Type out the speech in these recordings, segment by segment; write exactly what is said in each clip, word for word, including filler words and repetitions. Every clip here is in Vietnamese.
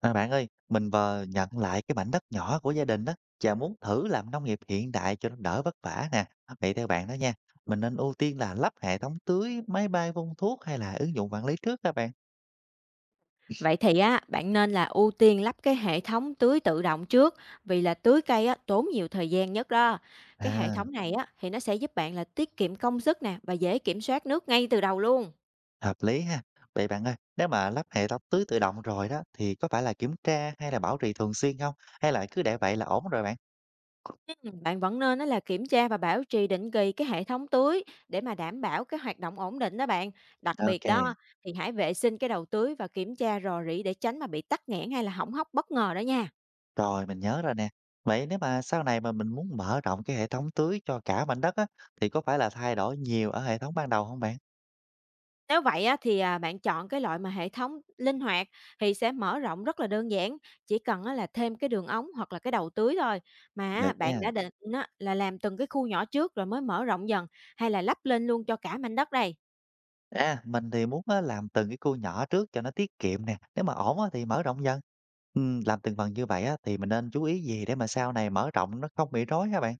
À, bạn ơi, mình vừa nhận lại cái mảnh đất nhỏ của gia đình đó và muốn thử làm nông nghiệp hiện đại cho nó đỡ vất vả nè. Vậy theo bạn đó nha, mình nên ưu tiên là lắp hệ thống tưới, máy bay phun thuốc hay là ứng dụng quản lý trước các bạn? Vậy thì á, bạn nên là ưu tiên lắp cái hệ thống tưới tự động trước vì là tưới cây á, tốn nhiều thời gian nhất đó. Cái hệ À, thống này á, thì nó sẽ giúp bạn là tiết kiệm công sức nè và dễ kiểm soát nước ngay từ đầu luôn. hợp lý ha. Vậy bạn ơi, nếu mà lắp hệ thống tưới tự động rồi đó thì có phải là kiểm tra hay là bảo trì thường xuyên không? Hay là cứ để vậy là ổn rồi bạn? Ừ, bạn vẫn nên á, là kiểm tra và bảo trì định kỳ cái hệ thống tưới để mà đảm bảo cái hoạt động ổn định đó bạn. Đặc biệt Ok, đó thì hãy vệ sinh cái đầu tưới và kiểm tra rò rỉ để tránh mà bị tắc nghẽn hay là hỏng hóc bất ngờ đó nha. rồi mình nhớ rồi nè. Vậy nếu mà sau này mà mình muốn mở rộng cái hệ thống tưới cho cả mảnh đất á thì có phải là thay đổi nhiều ở hệ thống ban đầu không bạn? Nếu vậy á, thì, à, bạn chọn cái loại mà hệ thống linh hoạt thì sẽ mở rộng rất là đơn giản, chỉ cần á là thêm cái đường ống hoặc là cái đầu tưới thôi. Mà Được á, bạn nha. đã định á là làm từng cái khu nhỏ trước rồi mới mở rộng dần, hay là lắp lên luôn cho cả mảnh đất đây? À, mình thì muốn á, làm từng cái khu nhỏ trước cho nó tiết kiệm nè, nếu mà ổn á, thì mở rộng dần. Ừm, làm từng phần như vậy á, thì mình nên chú ý gì để mà sau này mở rộng nó không bị rối hả bạn?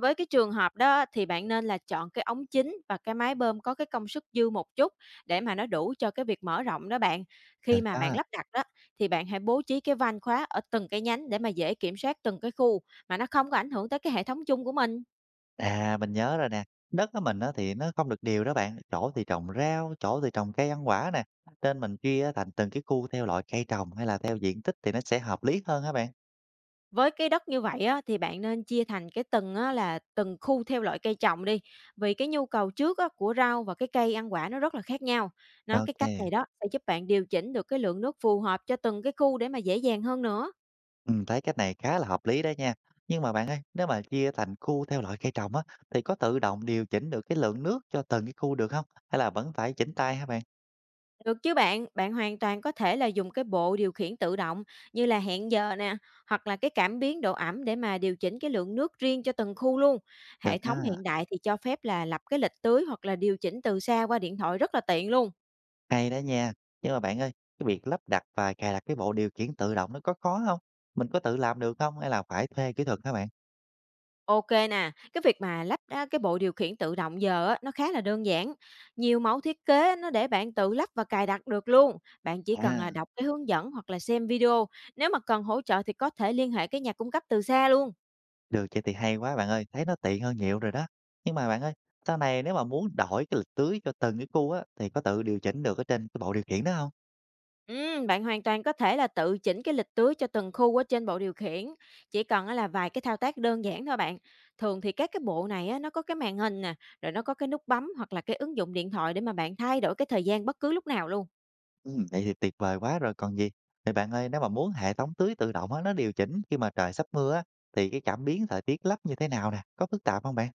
Với cái trường hợp đó thì bạn nên là chọn cái ống chính và cái máy bơm có cái công suất dư một chút để mà nó đủ cho cái việc mở rộng đó bạn. Khi Được mà bạn đó. lắp đặt đó thì bạn hãy bố trí cái van khóa ở từng cái nhánh để mà dễ kiểm soát từng cái khu mà nó không có ảnh hưởng tới cái hệ thống chung của mình. À, mình nhớ rồi nè. Đất của mình á, thì nó không được đều đó bạn. Chỗ thì trồng rau, chỗ thì trồng cây ăn quả nè. Nên mình chia thành từng cái khu theo loại cây trồng hay là theo diện tích thì nó sẽ hợp lý hơn hả bạn? Với cái đất như vậy á, thì bạn nên chia thành cái từng á, là từng khu theo loại cây trồng đi, vì cái nhu cầu trước á, của rau và cái cây ăn quả nó rất là khác nhau. Nó cái cách Ok. này đó sẽ giúp bạn điều chỉnh được cái lượng nước phù hợp cho từng cái khu để mà dễ dàng hơn nữa. Ừm, thấy cách này khá là hợp lý đó nha. Nhưng mà bạn ơi, nếu mà chia thành khu theo loại cây trồng á, thì có tự động điều chỉnh được cái lượng nước cho từng cái khu được không? Hay là vẫn phải chỉnh tay hả bạn? Được chứ bạn, bạn hoàn toàn có thể là dùng cái bộ điều khiển tự động như là hẹn giờ nè, hoặc là cái cảm biến độ ẩm để mà điều chỉnh cái lượng nước riêng cho từng khu luôn. Được Hệ thống á, hiện đại thì cho phép là lập cái lịch tưới hoặc là điều chỉnh từ xa qua điện thoại rất là tiện luôn. hay đó nha. Nhưng mà bạn ơi, cái việc lắp đặt và cài đặt cái bộ điều khiển tự động nó có khó không? Mình có tự làm được không? Hay là phải thuê kỹ thuật hả bạn? OK nè, cái việc mà lắp á cái bộ điều khiển tự động giờ á, nó khá là đơn giản. Nhiều mẫu thiết kế nó để bạn tự lắp và cài đặt được luôn. Bạn chỉ cần À, là đọc cái hướng dẫn hoặc là xem video. Nếu mà cần hỗ trợ thì có thể liên hệ cái nhà cung cấp từ xa luôn. được vậy thì hay quá bạn ơi, thấy nó tiện hơn nhiều rồi đó. Nhưng mà bạn ơi, sau này nếu mà muốn đổi cái lịch tưới cho từng cái khu á, thì có tự điều chỉnh được ở trên cái bộ điều khiển đó không? Ừm, bạn hoàn toàn có thể là tự chỉnh cái lịch tưới cho từng khu ở trên bộ điều khiển. Chỉ cần á là vài cái thao tác đơn giản thôi bạn. Thường thì các cái bộ này á, nó có cái màn hình nè, rồi nó có cái nút bấm hoặc là cái ứng dụng điện thoại để mà bạn thay đổi cái thời gian bất cứ lúc nào luôn. Ừm, vậy thì tuyệt vời quá rồi còn gì. Vậy bạn ơi, nếu mà muốn hệ thống tưới tự động á, nó điều chỉnh khi mà trời sắp mưa á, thì cái cảm biến thời tiết lắp như thế nào nè? Có phức tạp không bạn?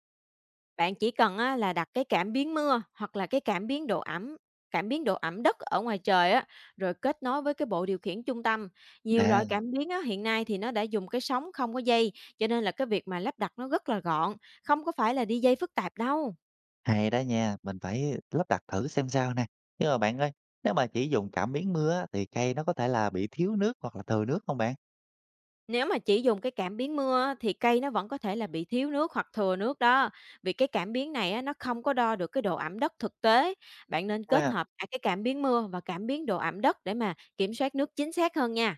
Bạn chỉ cần á là đặt cái cảm biến mưa hoặc là cái cảm biến độ ẩm cảm biến độ ẩm đất ở ngoài trời á, rồi kết nối với cái bộ điều khiển trung tâm. Nhiều loại À, cảm biến á, hiện nay thì nó đã dùng cái sóng không có dây, cho nên là cái việc mà lắp đặt nó rất là gọn, không có phải là đi dây phức tạp đâu. hay đó nha, mình phải lắp đặt thử xem sao nè. Nhưng mà bạn ơi, nếu mà chỉ dùng cảm biến mưa á, thì cây nó có thể là bị thiếu nước hoặc là thừa nước không bạn? Nếu mà chỉ dùng cái cảm biến mưa á, thì cây nó vẫn có thể là bị thiếu nước hoặc thừa nước đó. Vì cái cảm biến này á, nó không có đo được cái độ ẩm đất thực tế. Bạn nên kết À. hợp cả cái cảm biến mưa và cảm biến độ ẩm đất để mà kiểm soát nước chính xác hơn nha.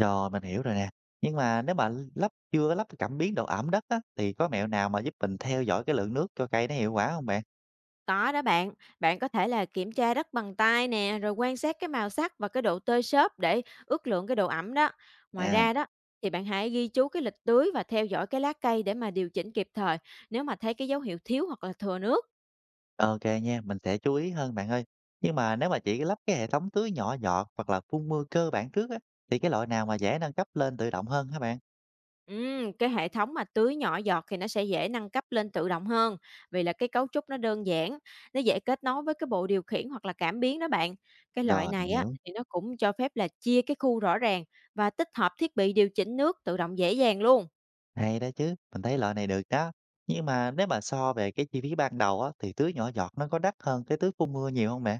Rồi, mình hiểu rồi nè. Nhưng mà nếu mà lắp chưa lắp cái cảm biến độ ẩm đất á, thì có mẹo nào mà giúp mình theo dõi cái lượng nước cho cây nó hiệu quả không bạn? Có đó bạn, bạn có thể là kiểm tra đất bằng tay nè, rồi quan sát cái màu sắc và cái độ tơi xốp để ước lượng cái độ ẩm đó. Ngoài À. ra đó, thì bạn hãy ghi chú cái lịch tưới và theo dõi cái lá cây để mà điều chỉnh kịp thời nếu mà thấy cái dấu hiệu thiếu hoặc là thừa nước. OK nha, mình sẽ chú ý hơn bạn ơi. Nhưng mà nếu mà chỉ lắp cái hệ thống tưới nhỏ giọt hoặc là phun mưa cơ bản trước á, thì cái loại nào mà dễ nâng cấp lên tự động hơn hả bạn? Ừm, cái hệ thống mà tưới nhỏ giọt thì nó sẽ dễ nâng cấp lên tự động hơn vì là cái cấu trúc nó đơn giản, nó dễ kết nối với cái bộ điều khiển hoặc là cảm biến đó bạn. Cái loại Rồi, mình này á hiểu. thì nó cũng cho phép là chia cái khu rõ ràng và tích hợp thiết bị điều chỉnh nước tự động dễ dàng luôn. Hay đó chứ, mình thấy loại này được đó. Nhưng mà nếu mà so về cái chi phí ban đầu á, thì tưới nhỏ giọt nó có đắt hơn cái tưới phun mưa nhiều không mẹ?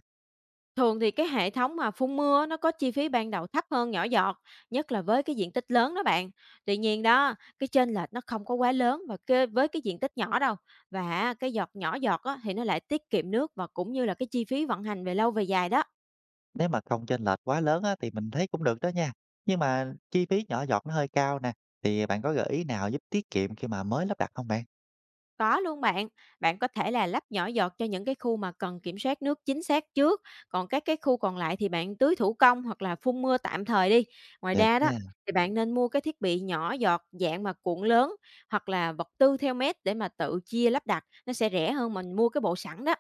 Thường thì cái hệ thống mà phun mưa nó có chi phí ban đầu thấp hơn nhỏ giọt, nhất là với cái diện tích lớn đó bạn. Tuy nhiên đó, cái chênh lệch nó không có quá lớn và cái, với cái diện tích nhỏ đâu. Và cái giọt nhỏ giọt á, thì nó lại tiết kiệm nước và cũng như là cái chi phí vận hành về lâu về dài đó. Nếu mà không chênh lệch quá lớn á, thì mình thấy cũng được đó nha. Nhưng mà chi phí nhỏ giọt nó hơi cao nè, thì bạn có gợi ý nào giúp tiết kiệm khi mà mới lắp đặt không bạn? Có luôn bạn, bạn có thể là lắp nhỏ giọt cho những cái khu mà cần kiểm soát nước chính xác trước, còn các cái khu còn lại thì bạn tưới thủ công hoặc là phun mưa tạm thời đi. Ngoài Được ra đó nha. thì bạn nên mua cái thiết bị nhỏ giọt dạng mà cuộn lớn hoặc là vật tư theo mét để mà tự chia lắp đặt, nó sẽ rẻ hơn mình mua cái bộ sẵn đó.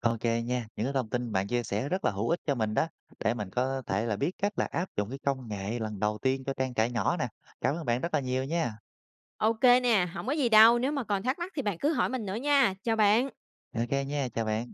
OK nha, những cái thông tin bạn chia sẻ rất là hữu ích cho mình đó, để mình có thể là biết cách là áp dụng cái công nghệ lần đầu tiên cho trang trại nhỏ nè. Cảm ơn bạn rất là nhiều nha. Ok nè, không có gì đâu, nếu mà còn thắc mắc thì bạn cứ hỏi mình nữa nha. Chào bạn. OK nha, chào bạn.